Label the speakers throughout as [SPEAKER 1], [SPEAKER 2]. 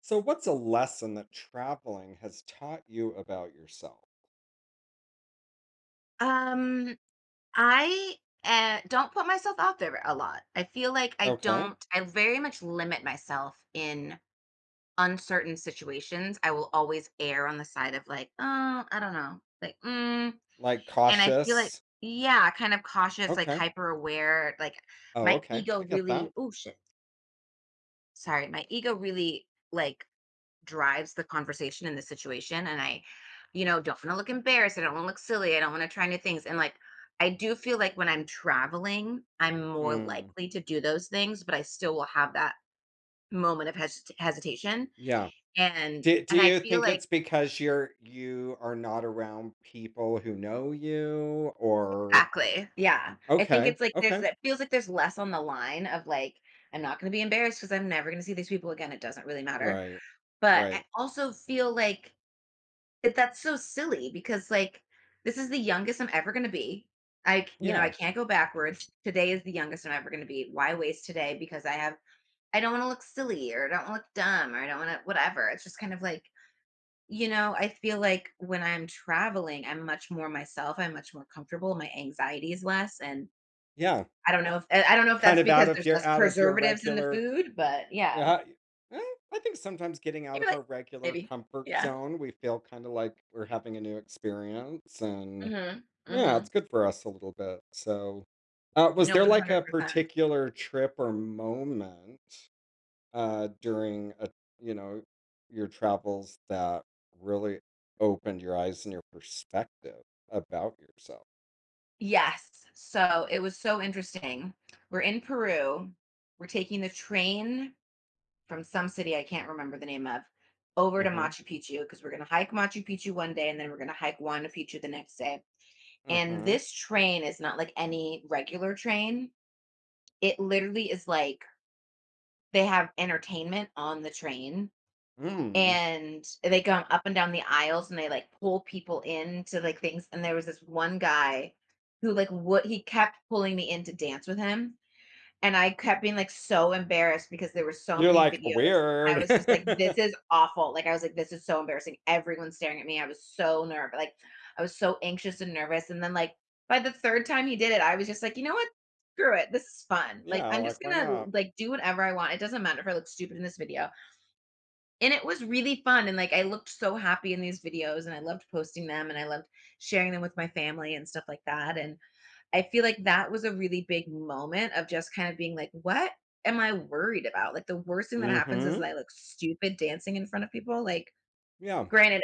[SPEAKER 1] So, what's a lesson that traveling has taught you about yourself?
[SPEAKER 2] Um, I don't put myself out there a lot. I feel like I
[SPEAKER 1] Okay.
[SPEAKER 2] don't I very much limit myself in uncertain situations. I will always err on the side of like, "Oh, I don't know." Like, "Mm,"
[SPEAKER 1] Like
[SPEAKER 2] and I feel like
[SPEAKER 1] cautious.
[SPEAKER 2] yeah, kind of cautious, like
[SPEAKER 1] Okay.
[SPEAKER 2] hyper aware, like
[SPEAKER 1] Oh,
[SPEAKER 2] my
[SPEAKER 1] okay.
[SPEAKER 2] ego
[SPEAKER 1] I get that.
[SPEAKER 2] really oh shit, sorry, my ego really like drives the conversation in the situation. And I don't want to look embarrassed. I don't want to look silly. I don't want to try new things. And like I do feel like when I'm traveling I'm more
[SPEAKER 1] Mm,
[SPEAKER 2] likely to do those things, but I still will have that moment of hesitation,
[SPEAKER 1] yeah.
[SPEAKER 2] and
[SPEAKER 1] Do
[SPEAKER 2] and I
[SPEAKER 1] you
[SPEAKER 2] feel
[SPEAKER 1] think
[SPEAKER 2] like
[SPEAKER 1] it's because you are not around people who know you or.
[SPEAKER 2] exactly, yeah, I think
[SPEAKER 1] Okay.
[SPEAKER 2] it's like there's
[SPEAKER 1] Okay.
[SPEAKER 2] that feels like there's less on the line of like I'm not going to be embarrassed because I'm never going to see these people again. It doesn't really matter,
[SPEAKER 1] Right.
[SPEAKER 2] but I
[SPEAKER 1] Right.
[SPEAKER 2] also feel like but that's so silly because, like, this is the youngest I'm ever gonna be. I c you know, I
[SPEAKER 1] Yeah.
[SPEAKER 2] can't go backwards. Today is the youngest I'm ever gonna be. Why waste today? Because I have I don't wanna look silly, or I don't wanna look dumb, or I don't wanna whatever. It's just kind of like, I feel like when I'm traveling, I'm much more myself. I'm much more comfortable. My anxiety is less, and
[SPEAKER 1] Yeah.
[SPEAKER 2] I don't know if
[SPEAKER 1] Kind
[SPEAKER 2] that's
[SPEAKER 1] of out
[SPEAKER 2] because
[SPEAKER 1] of
[SPEAKER 2] there's
[SPEAKER 1] your
[SPEAKER 2] less
[SPEAKER 1] out of your
[SPEAKER 2] preservatives in the
[SPEAKER 1] regular.
[SPEAKER 2] food, but yeah.
[SPEAKER 1] Yeah, eh, I think sometimes getting out
[SPEAKER 2] You're
[SPEAKER 1] of
[SPEAKER 2] like
[SPEAKER 1] our regular
[SPEAKER 2] maybe.
[SPEAKER 1] comfort
[SPEAKER 2] Yeah.
[SPEAKER 1] zone, we feel kind of like we're having a new experience, and
[SPEAKER 2] Mhm.
[SPEAKER 1] yeah, it's
[SPEAKER 2] Mhm.
[SPEAKER 1] good for us a little bit. So, was
[SPEAKER 2] No,
[SPEAKER 1] there like a
[SPEAKER 2] 100%.
[SPEAKER 1] particular trip or moment during a you know your travels that really opened your eyes and your perspective about yourself?
[SPEAKER 2] Yes. So it was so interesting. We're in Peru. We're taking the train from some city I can't remember the name of over to
[SPEAKER 1] Mm-hmm.
[SPEAKER 2] Machu Picchu because we're going to hike Machu Picchu one day and then we're going to hike Juana Picchu the next day. And
[SPEAKER 1] Mm-hmm.
[SPEAKER 2] this train is not like any regular train. It literally is like they have entertainment on the train,
[SPEAKER 1] Mm.
[SPEAKER 2] and they go up and down the aisles, and they like pull people into like things. And there was this one guy who like what he kept pulling me in to dance with him, and I kept being like so embarrassed because there were so
[SPEAKER 1] You're
[SPEAKER 2] many
[SPEAKER 1] like
[SPEAKER 2] videos. I was just like,
[SPEAKER 1] weird.
[SPEAKER 2] this is awful. Like I was like, this is so embarrassing, everyone's staring at me. I was so nervous, like I was so anxious and nervous. And then like by the third time he did it, I was just like, you know what, screw it, this is fun. Like
[SPEAKER 1] Yeah,
[SPEAKER 2] I'm just
[SPEAKER 1] like why
[SPEAKER 2] gonna
[SPEAKER 1] not?
[SPEAKER 2] like do whatever I want. It doesn't matter if I look stupid in this video. And it was really fun, and, like, I looked so happy in these videos, and I loved posting them, and I loved sharing them with my family and stuff like that. And I feel like that was a really big moment of just kind of being like, "What am I worried about?" Like, the worst thing that happens is that
[SPEAKER 1] Mm-hmm.
[SPEAKER 2] I look stupid dancing in front of people, like,
[SPEAKER 1] Yeah.
[SPEAKER 2] granted,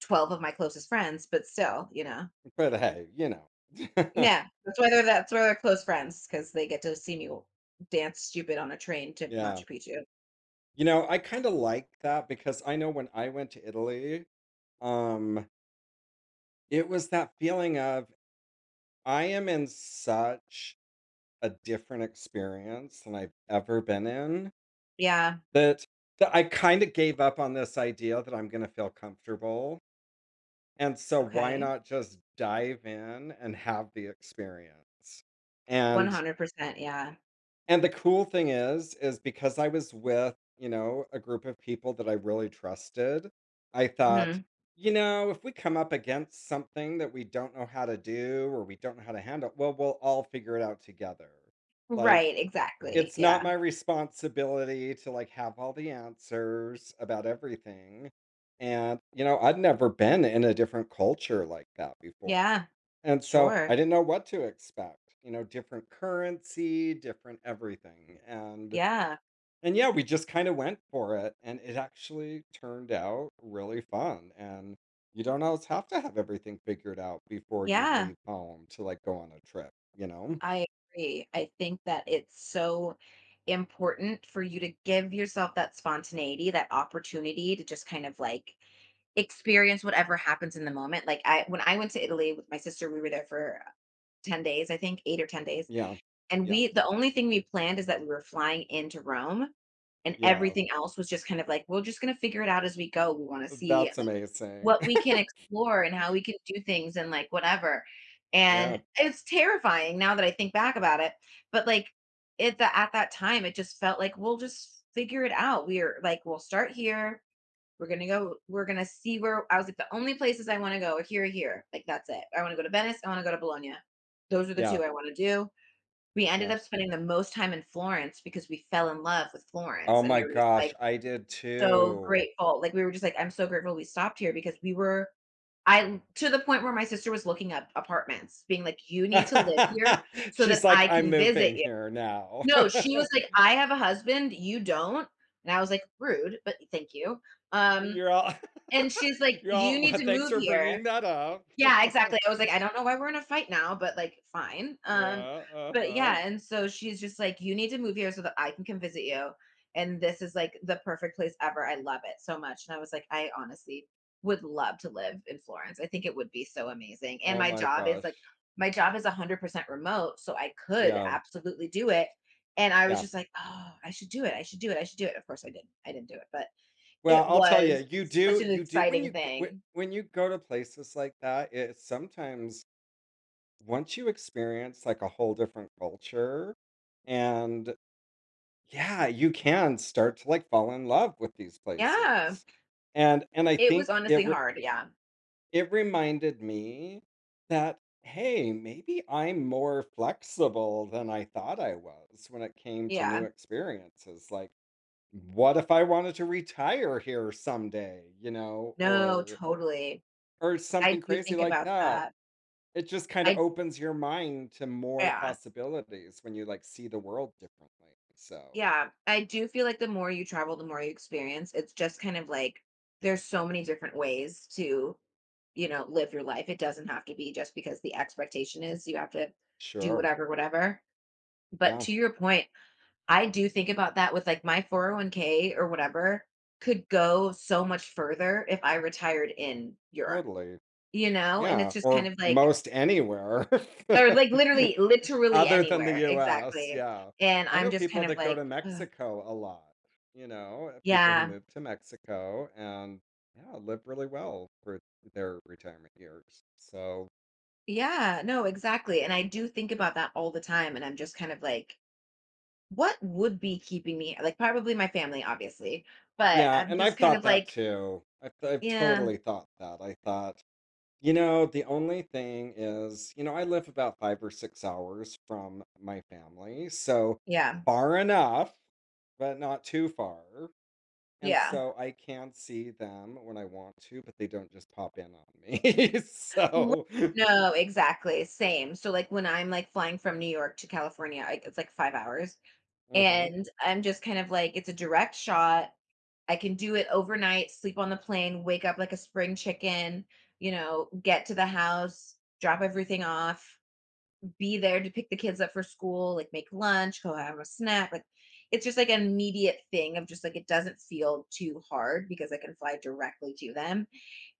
[SPEAKER 2] 12 of my closest friends, but still, you know?
[SPEAKER 1] But hey, you know.
[SPEAKER 2] Yeah, that's why they're close friends because they get to see me dance stupid on a train to
[SPEAKER 1] Yeah.
[SPEAKER 2] Machu Picchu.
[SPEAKER 1] You know, I kinda like that because I know when I went to Italy, um, it was that feeling of, I am in such a different experience than I've ever been in
[SPEAKER 2] Yeah,
[SPEAKER 1] that that I kinda gave up on this idea that I'm gonna feel comfortable, and so why
[SPEAKER 2] okay,
[SPEAKER 1] not just dive in and have the experience? And
[SPEAKER 2] 100%, yeah.
[SPEAKER 1] And the cool thing is, because I was with, you know, a group of people that I really trusted, I thought,
[SPEAKER 2] Mhm.
[SPEAKER 1] you know, if we come up against something that we don't know how to do or we don't know how to handle, well, we'll all figure it out together. Like,
[SPEAKER 2] Right, exactly.
[SPEAKER 1] it's not
[SPEAKER 2] Yeah.
[SPEAKER 1] my responsibility to, like, have all the answers about everything, and I'd never been in a different culture like that before,
[SPEAKER 2] Yeah.
[SPEAKER 1] and so I
[SPEAKER 2] Sure.
[SPEAKER 1] didn't know what to expect, you know, different currency, different everything, and
[SPEAKER 2] Yeah.
[SPEAKER 1] yeah, we just kinda went for it, and it actually turned out really fun, and you don't always have to have everything figured out before you
[SPEAKER 2] Yeah.
[SPEAKER 1] leave home to, like, go on a trip, you know?
[SPEAKER 2] I agree. I think that it's so important for you to give yourself that spontaneity, that opportunity to just kind of like experience whatever happens in the moment. Like I when I went to Italy with my sister, we were there for 10 days, I think 8 or 10 days.
[SPEAKER 1] Yeah.
[SPEAKER 2] And
[SPEAKER 1] Yeah.
[SPEAKER 2] we the only thing we planned is that we were flying into Rome, and
[SPEAKER 1] Yeah.
[SPEAKER 2] everything else was just kind of like we're just going to figure it out as we go. We want to see
[SPEAKER 1] That's amazing.
[SPEAKER 2] what we can explore and how we can do things and like whatever. And
[SPEAKER 1] Yeah.
[SPEAKER 2] it's terrifying now that I think back about it, but like at the at that time, it just felt like we'll just figure it out. We're like, we'll start here. We're gonna go. We're gonna see. Where I was like, the only places I want to go are here, here. Like that's it. I want to go to Venice. I want to go to Bologna. Those are the
[SPEAKER 1] Yeah.
[SPEAKER 2] two I want to do. We ended
[SPEAKER 1] Yeah.
[SPEAKER 2] up spending the most time in Florence because we fell in love with Florence,
[SPEAKER 1] Oh
[SPEAKER 2] and we
[SPEAKER 1] my
[SPEAKER 2] were just
[SPEAKER 1] gosh,
[SPEAKER 2] like
[SPEAKER 1] I did
[SPEAKER 2] so
[SPEAKER 1] too.
[SPEAKER 2] grateful. Like we were just like, I'm so grateful we stopped here because we were I to the point where my sister was looking up apartments, being like, "You need to live here so that
[SPEAKER 1] She's like,
[SPEAKER 2] I
[SPEAKER 1] "I'm
[SPEAKER 2] can visit
[SPEAKER 1] moving
[SPEAKER 2] you."
[SPEAKER 1] here now."
[SPEAKER 2] No, she was like, "I have a husband, you don't." And I was like, "Rude, but thank you." Um,
[SPEAKER 1] You're all
[SPEAKER 2] and she's like,
[SPEAKER 1] you're
[SPEAKER 2] "You
[SPEAKER 1] all
[SPEAKER 2] need
[SPEAKER 1] well,
[SPEAKER 2] to
[SPEAKER 1] thanks
[SPEAKER 2] move
[SPEAKER 1] for
[SPEAKER 2] here."
[SPEAKER 1] bringing that up.
[SPEAKER 2] Yeah, exactly. I was like, "I don't know why we're in a fight now, but, like, fine."
[SPEAKER 1] Yeah,
[SPEAKER 2] But
[SPEAKER 1] uh-huh.
[SPEAKER 2] yeah, and so she's just like, "You need to move here so that I can come visit you, and this is, like, the perfect place ever. I love it so much." And I was like, "I honestly would love to live in Florence. I think it would be so amazing." And
[SPEAKER 1] Oh my gosh.
[SPEAKER 2] my job is 100% remote, so I could
[SPEAKER 1] Yeah.
[SPEAKER 2] absolutely do it. And I was
[SPEAKER 1] Yeah.
[SPEAKER 2] just like, "Oh, I should do it. I should do it. I should do it." Of course I didn't. I didn't do it, but
[SPEAKER 1] Well,
[SPEAKER 2] it
[SPEAKER 1] I'll tell
[SPEAKER 2] was
[SPEAKER 1] you, you
[SPEAKER 2] such
[SPEAKER 1] do
[SPEAKER 2] an
[SPEAKER 1] you do when
[SPEAKER 2] exciting
[SPEAKER 1] you g whe
[SPEAKER 2] thing.
[SPEAKER 1] when you go to places like that, it's sometimes once you experience, like, a whole different culture and yeah, you can start to, like, fall in love with these
[SPEAKER 2] Yeah.
[SPEAKER 1] places. And I
[SPEAKER 2] It was
[SPEAKER 1] think
[SPEAKER 2] honestly hard, yeah.
[SPEAKER 1] it reminded me that, "Hey, maybe I'm more flexible than I thought I was when it came to new
[SPEAKER 2] Yeah.
[SPEAKER 1] experiences." Like, what if I wanted to retire here someday, you know,
[SPEAKER 2] No,
[SPEAKER 1] or
[SPEAKER 2] totally. I
[SPEAKER 1] something
[SPEAKER 2] do
[SPEAKER 1] crazy
[SPEAKER 2] think
[SPEAKER 1] like
[SPEAKER 2] about
[SPEAKER 1] that?
[SPEAKER 2] that.
[SPEAKER 1] It just kinda
[SPEAKER 2] I
[SPEAKER 1] opens your mind to more
[SPEAKER 2] yeah.
[SPEAKER 1] possibilities when you, like, see the world differently. So,
[SPEAKER 2] Yeah, I do feel like the more you travel, the more you experience. It's just kind of like there's so many different ways to, you know, live your life. It doesn't have to be just because the expectation is you have to do
[SPEAKER 1] sure,
[SPEAKER 2] whatever, whatever. But
[SPEAKER 1] yeah.
[SPEAKER 2] to your point, I do think about that with like my 401k or whatever could go so much further if I retired in Europe,
[SPEAKER 1] Totally.
[SPEAKER 2] you know? And it's
[SPEAKER 1] Yeah,
[SPEAKER 2] just kind
[SPEAKER 1] or
[SPEAKER 2] of like
[SPEAKER 1] most anywhere
[SPEAKER 2] or, like, literally literally
[SPEAKER 1] other than the
[SPEAKER 2] anywhere,
[SPEAKER 1] US,
[SPEAKER 2] exactly,
[SPEAKER 1] yeah.
[SPEAKER 2] and
[SPEAKER 1] I
[SPEAKER 2] I'm
[SPEAKER 1] know
[SPEAKER 2] just kind
[SPEAKER 1] people
[SPEAKER 2] of
[SPEAKER 1] that go
[SPEAKER 2] like,
[SPEAKER 1] to
[SPEAKER 2] "Ugh."
[SPEAKER 1] Mexico a lot, you know, people who
[SPEAKER 2] Yeah,
[SPEAKER 1] move to Mexico and yeah, live really well for their retirement years. So,
[SPEAKER 2] yeah, no, exactly, and I do think about that all the time, and I'm just kind of like, "What would be keeping me" like, probably my family, obviously, but
[SPEAKER 1] yeah,
[SPEAKER 2] I'm
[SPEAKER 1] and
[SPEAKER 2] just
[SPEAKER 1] I've
[SPEAKER 2] kind of
[SPEAKER 1] thought that
[SPEAKER 2] like,
[SPEAKER 1] too. I've
[SPEAKER 2] "Yeah,
[SPEAKER 1] totally thought that. I thought, you know, the only thing is, you know, I live about 5 or 6 hours from my family, so
[SPEAKER 2] yeah,
[SPEAKER 1] far enough, but not too far. And
[SPEAKER 2] yeah."
[SPEAKER 1] so I can see them when I want to, but they don't just pop in on me.
[SPEAKER 2] Right.
[SPEAKER 1] So.
[SPEAKER 2] No, exactly, same, so, like, when I'm, like, flying from New York to California, like, it's, like, 5 hours,
[SPEAKER 1] Uh-huh.
[SPEAKER 2] and I'm just kind of like, it's a direct shot. I can do it overnight, sleep on the plane, wake up like a spring chicken, you know, get to the house, drop everything off, be there to pick the kids up for school, like make lunch, go have a snack. Like it's just like an immediate thing of just like it doesn't feel too hard because I can fly directly to them.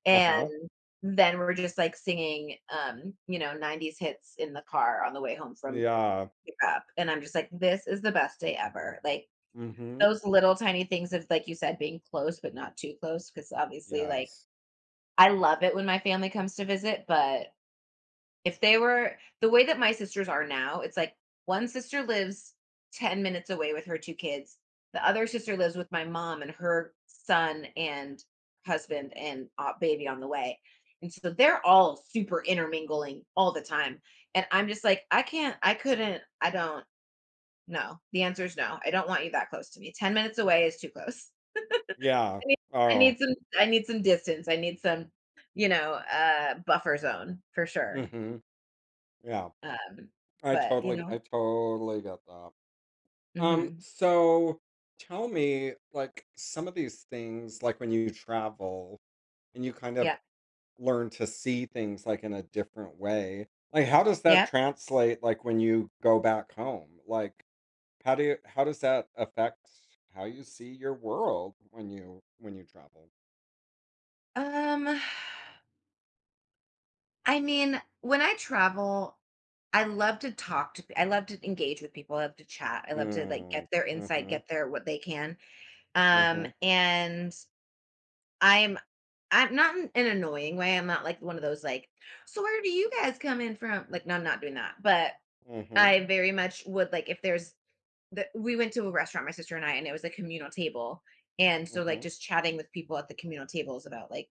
[SPEAKER 2] And
[SPEAKER 1] Uh-huh.
[SPEAKER 2] then we're just like singing 90s hits in the car on the way home from
[SPEAKER 1] Yeah.
[SPEAKER 2] pickup. And I'm just like, this is the best day ever. Like
[SPEAKER 1] Mm-hmm.
[SPEAKER 2] those little tiny things of, like you said, being close, but not too close. Because obviously, like,
[SPEAKER 1] Yes.
[SPEAKER 2] I love it when my family comes to visit. But if they were the way that my sisters are now, it's like one sister lives 10 minutes away with her 2 kids. The other sister lives with my mom and her son and husband and, baby on the way, and so they're all super intermingling all the time, and I'm just like, "I can't. I couldn't. I don't. No." The answer is no. I don't want you that close to me. 10 minutes away is too close.
[SPEAKER 1] Yeah.
[SPEAKER 2] I need I
[SPEAKER 1] Oh.
[SPEAKER 2] need some I need some distance. I need some, you know, buffer zone for sure.
[SPEAKER 1] Mm-hmm. Yeah.
[SPEAKER 2] Um,
[SPEAKER 1] I
[SPEAKER 2] but you
[SPEAKER 1] totally,
[SPEAKER 2] know,
[SPEAKER 1] I totally get that. Um,
[SPEAKER 2] mhm.
[SPEAKER 1] so tell me, like, some of these things, like when you travel and you kind of
[SPEAKER 2] Yeah.
[SPEAKER 1] learn to see things like in a different way, like how does that
[SPEAKER 2] Yeah.
[SPEAKER 1] translate like when you go back home? Like how do you how does that affect how you see your world when you travel?
[SPEAKER 2] Um, I mean, when I travel, I love to talk to, I love to engage with people. I love to chat. I love to like get
[SPEAKER 1] Mm.
[SPEAKER 2] their insight,
[SPEAKER 1] Mm-hmm.
[SPEAKER 2] get their what they can.
[SPEAKER 1] Mm-hmm.
[SPEAKER 2] And I'm, I'm not in an annoying way. I'm not like one of those like, so where do you guys come in from? Like, no, I'm not doing that. But
[SPEAKER 1] Mm-hmm.
[SPEAKER 2] I very much would like if there's the we went to a restaurant, my sister and I, and it was a communal table. And so like
[SPEAKER 1] Mm-hmm.
[SPEAKER 2] just chatting with people at the communal tables about like,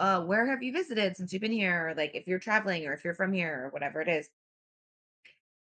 [SPEAKER 2] where have you visited since you've been here? Or like if you're traveling or if you're from here or whatever it is.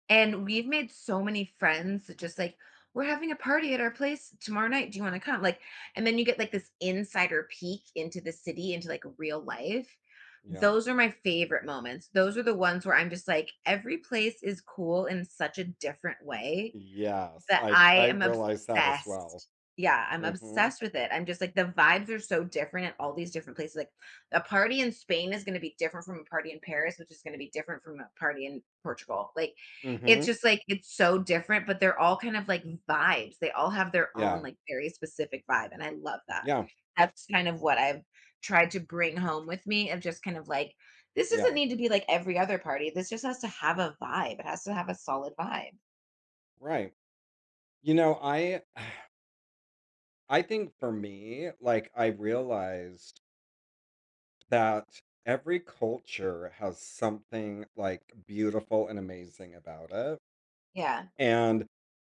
[SPEAKER 2] And we've made so many friends that just like, we're having a party at our place tomorrow night. Do you want to come? Like, and then you get like this insider peek into the city, into like real life.
[SPEAKER 1] Yeah.
[SPEAKER 2] Those are my favorite moments. Those are the ones where I'm just like, every place is cool in such a different way
[SPEAKER 1] Yes,
[SPEAKER 2] that
[SPEAKER 1] I
[SPEAKER 2] I
[SPEAKER 1] I
[SPEAKER 2] am
[SPEAKER 1] realize that as well.
[SPEAKER 2] obsessed. Yeah, I'm
[SPEAKER 1] Mm-hmm.
[SPEAKER 2] obsessed with it. I'm just like the vibes are so different at all these different places. Like a party in Spain is going to be different from a party in Paris, which is going to be different from a party in Portugal. Like it's
[SPEAKER 1] Mm-hmm.
[SPEAKER 2] just like it's so different, but they're all kind of like vibes. They all have their own
[SPEAKER 1] Yeah.
[SPEAKER 2] like very specific vibe, and I love that.
[SPEAKER 1] Yeah.
[SPEAKER 2] That's kind of what I've tried to bring home with me of just kind of like this doesn't
[SPEAKER 1] Yeah.
[SPEAKER 2] need to be like every other party. This just has to have a vibe. It has to have a solid vibe.
[SPEAKER 1] Right. You know, I I think for me, like I realized that every culture has something like beautiful and amazing about it.
[SPEAKER 2] Yeah.
[SPEAKER 1] And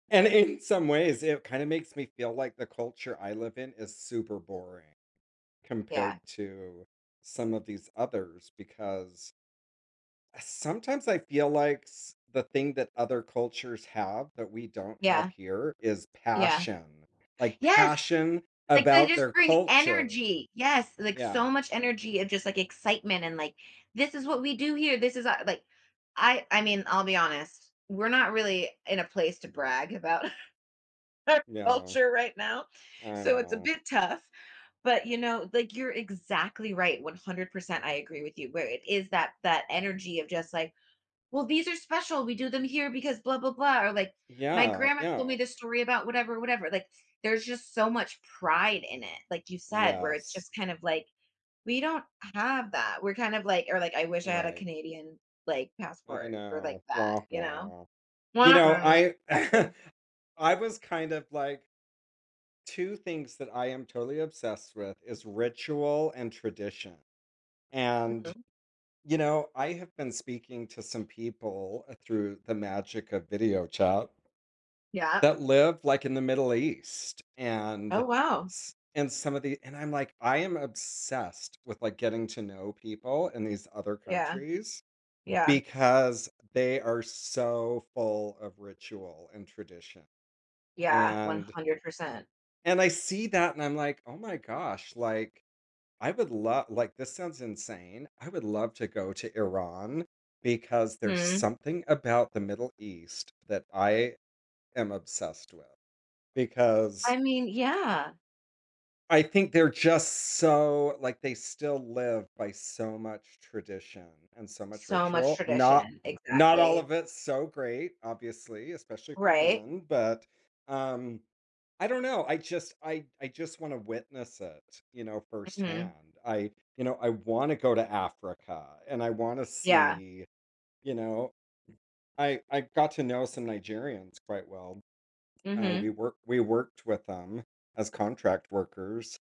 [SPEAKER 1] and in some ways it kind of makes me feel like the culture I live in is super boring
[SPEAKER 2] Yeah.
[SPEAKER 1] compared to some of these others because sometimes I feel like the thing that other cultures have that we don't have
[SPEAKER 2] Yeah,
[SPEAKER 1] here is
[SPEAKER 2] yeah.
[SPEAKER 1] passion, like
[SPEAKER 2] Yes,
[SPEAKER 1] passion
[SPEAKER 2] like, they
[SPEAKER 1] about
[SPEAKER 2] just
[SPEAKER 1] their
[SPEAKER 2] bring
[SPEAKER 1] culture.
[SPEAKER 2] energy. Yes, like, so
[SPEAKER 1] Yeah,
[SPEAKER 2] much energy of just, like, excitement and, like, "This is what we do here. This is our" like, I mean, I'll be honest, we're not really in a place to brag about
[SPEAKER 1] yeah,
[SPEAKER 2] culture right now,
[SPEAKER 1] I
[SPEAKER 2] so it's a
[SPEAKER 1] know.
[SPEAKER 2] bit tough, but, you know, like, you're exactly right, 100%, I agree with you, where it is that that energy of just, like, well, these are special. We do them here because blah, blah, blah. Or like, my
[SPEAKER 1] Yeah,
[SPEAKER 2] grandma told me
[SPEAKER 1] yeah,
[SPEAKER 2] this story about whatever, whatever. Like, there's just so much pride in it, like you said, where it's
[SPEAKER 1] yes,
[SPEAKER 2] just kind of like, we don't have that. We're kind of like, or like, I wish I had a
[SPEAKER 1] right.
[SPEAKER 2] Canadian like
[SPEAKER 1] I
[SPEAKER 2] passport or like
[SPEAKER 1] know.
[SPEAKER 2] that,
[SPEAKER 1] Wah
[SPEAKER 2] you know?
[SPEAKER 1] wah. You
[SPEAKER 2] Wah,
[SPEAKER 1] know,
[SPEAKER 2] wah.
[SPEAKER 1] I
[SPEAKER 2] Exactly.
[SPEAKER 1] I was kind of like two things that I am totally obsessed with is ritual and tradition. And
[SPEAKER 2] Mhm.
[SPEAKER 1] you know, I have been speaking to some people through the magic of video chat
[SPEAKER 2] Yeah.
[SPEAKER 1] that live like in the Middle East
[SPEAKER 2] Oh,
[SPEAKER 1] and
[SPEAKER 2] wow.
[SPEAKER 1] s- and some of the and I'm like I am obsessed with like getting to know people in these other
[SPEAKER 2] Yeah.
[SPEAKER 1] countries
[SPEAKER 2] Yeah.
[SPEAKER 1] because they are so full of ritual and tradition.
[SPEAKER 2] Yeah.
[SPEAKER 1] And
[SPEAKER 2] 100%.
[SPEAKER 1] and I see that and I'm like, "Oh my gosh, like I would love, like, this sounds insane. I would love to go to Iran because there's
[SPEAKER 2] Mhm.
[SPEAKER 1] something about the Middle East that I am obsessed with. Because
[SPEAKER 2] I mean, yeah.
[SPEAKER 1] I think they're just so like, they still live by so much tradition and so much
[SPEAKER 2] So much
[SPEAKER 1] ritual. Not
[SPEAKER 2] tradition.
[SPEAKER 1] not all
[SPEAKER 2] Exactly.
[SPEAKER 1] of it's so great, obviously, especially for
[SPEAKER 2] Right.
[SPEAKER 1] women, but um I don't know. I just I just want to witness it, you know,
[SPEAKER 2] Hmm.
[SPEAKER 1] firsthand. I want to go to Africa and I want to
[SPEAKER 2] Yeah.
[SPEAKER 1] see, you know, I got to know some Nigerians quite well. We
[SPEAKER 2] Hmm.
[SPEAKER 1] work we worked with them as contract workers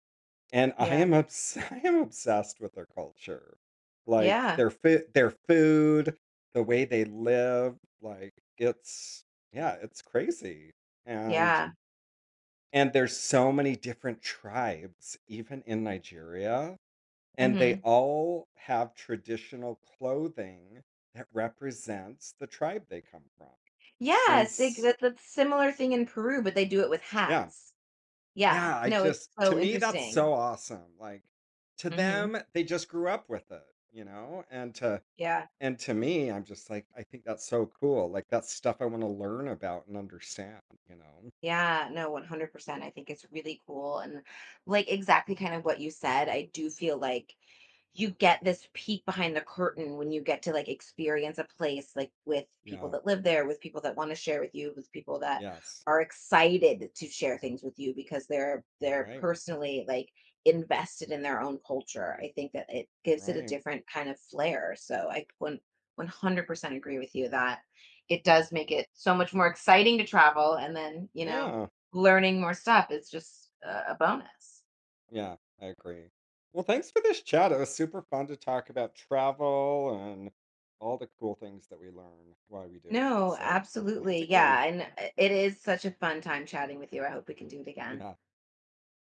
[SPEAKER 1] and I
[SPEAKER 2] Yeah.
[SPEAKER 1] am obs I am obsessed with their culture. Like,
[SPEAKER 2] Yeah.
[SPEAKER 1] their food, the way they live, like, it's. Yeah, it's crazy. And
[SPEAKER 2] Yeah.
[SPEAKER 1] and there's so many different tribes, even in Nigeria, and they
[SPEAKER 2] Mhm.
[SPEAKER 1] all have traditional clothing that represents the tribe they come from. And
[SPEAKER 2] Yes, they
[SPEAKER 1] s
[SPEAKER 2] that that's similar thing in Peru, but they do it with
[SPEAKER 1] yeah.
[SPEAKER 2] hats. Yeah.
[SPEAKER 1] Yeah, I
[SPEAKER 2] No, it's
[SPEAKER 1] just to
[SPEAKER 2] so
[SPEAKER 1] me, that's
[SPEAKER 2] interesting.
[SPEAKER 1] so awesome. Like to
[SPEAKER 2] Mhm.
[SPEAKER 1] them, they just grew up with it, you know?
[SPEAKER 2] Yeah.
[SPEAKER 1] And to me, I'm just like, I think that's so cool. Like that's stuff I want to learn about and understand, you know?
[SPEAKER 2] Yeah, no, 100%. I think it's really cool. And like exactly kind of what you said, I do feel like you get this peek behind the curtain when you get to like experience a place like with people
[SPEAKER 1] Yeah.
[SPEAKER 2] that live there, with people that want to share with you, with people that
[SPEAKER 1] Yes.
[SPEAKER 2] are excited to share things with you because they're
[SPEAKER 1] Right.
[SPEAKER 2] personally like invested in their own culture. I think that it gives it a
[SPEAKER 1] Right.
[SPEAKER 2] different kind of flair. So I one 100% agree with you that it does make it so much more exciting to travel and then, you know,
[SPEAKER 1] Yeah.
[SPEAKER 2] learning more stuff is just a bonus.
[SPEAKER 1] Yeah. I agree. Well, thanks for this chat. It was super fun to talk about travel and all the cool things that we learn while we do it.
[SPEAKER 2] No,
[SPEAKER 1] So thanks
[SPEAKER 2] absolutely.
[SPEAKER 1] again.
[SPEAKER 2] Yeah. And it is such a fun time chatting with you. I hope we can do it again.
[SPEAKER 1] Yeah.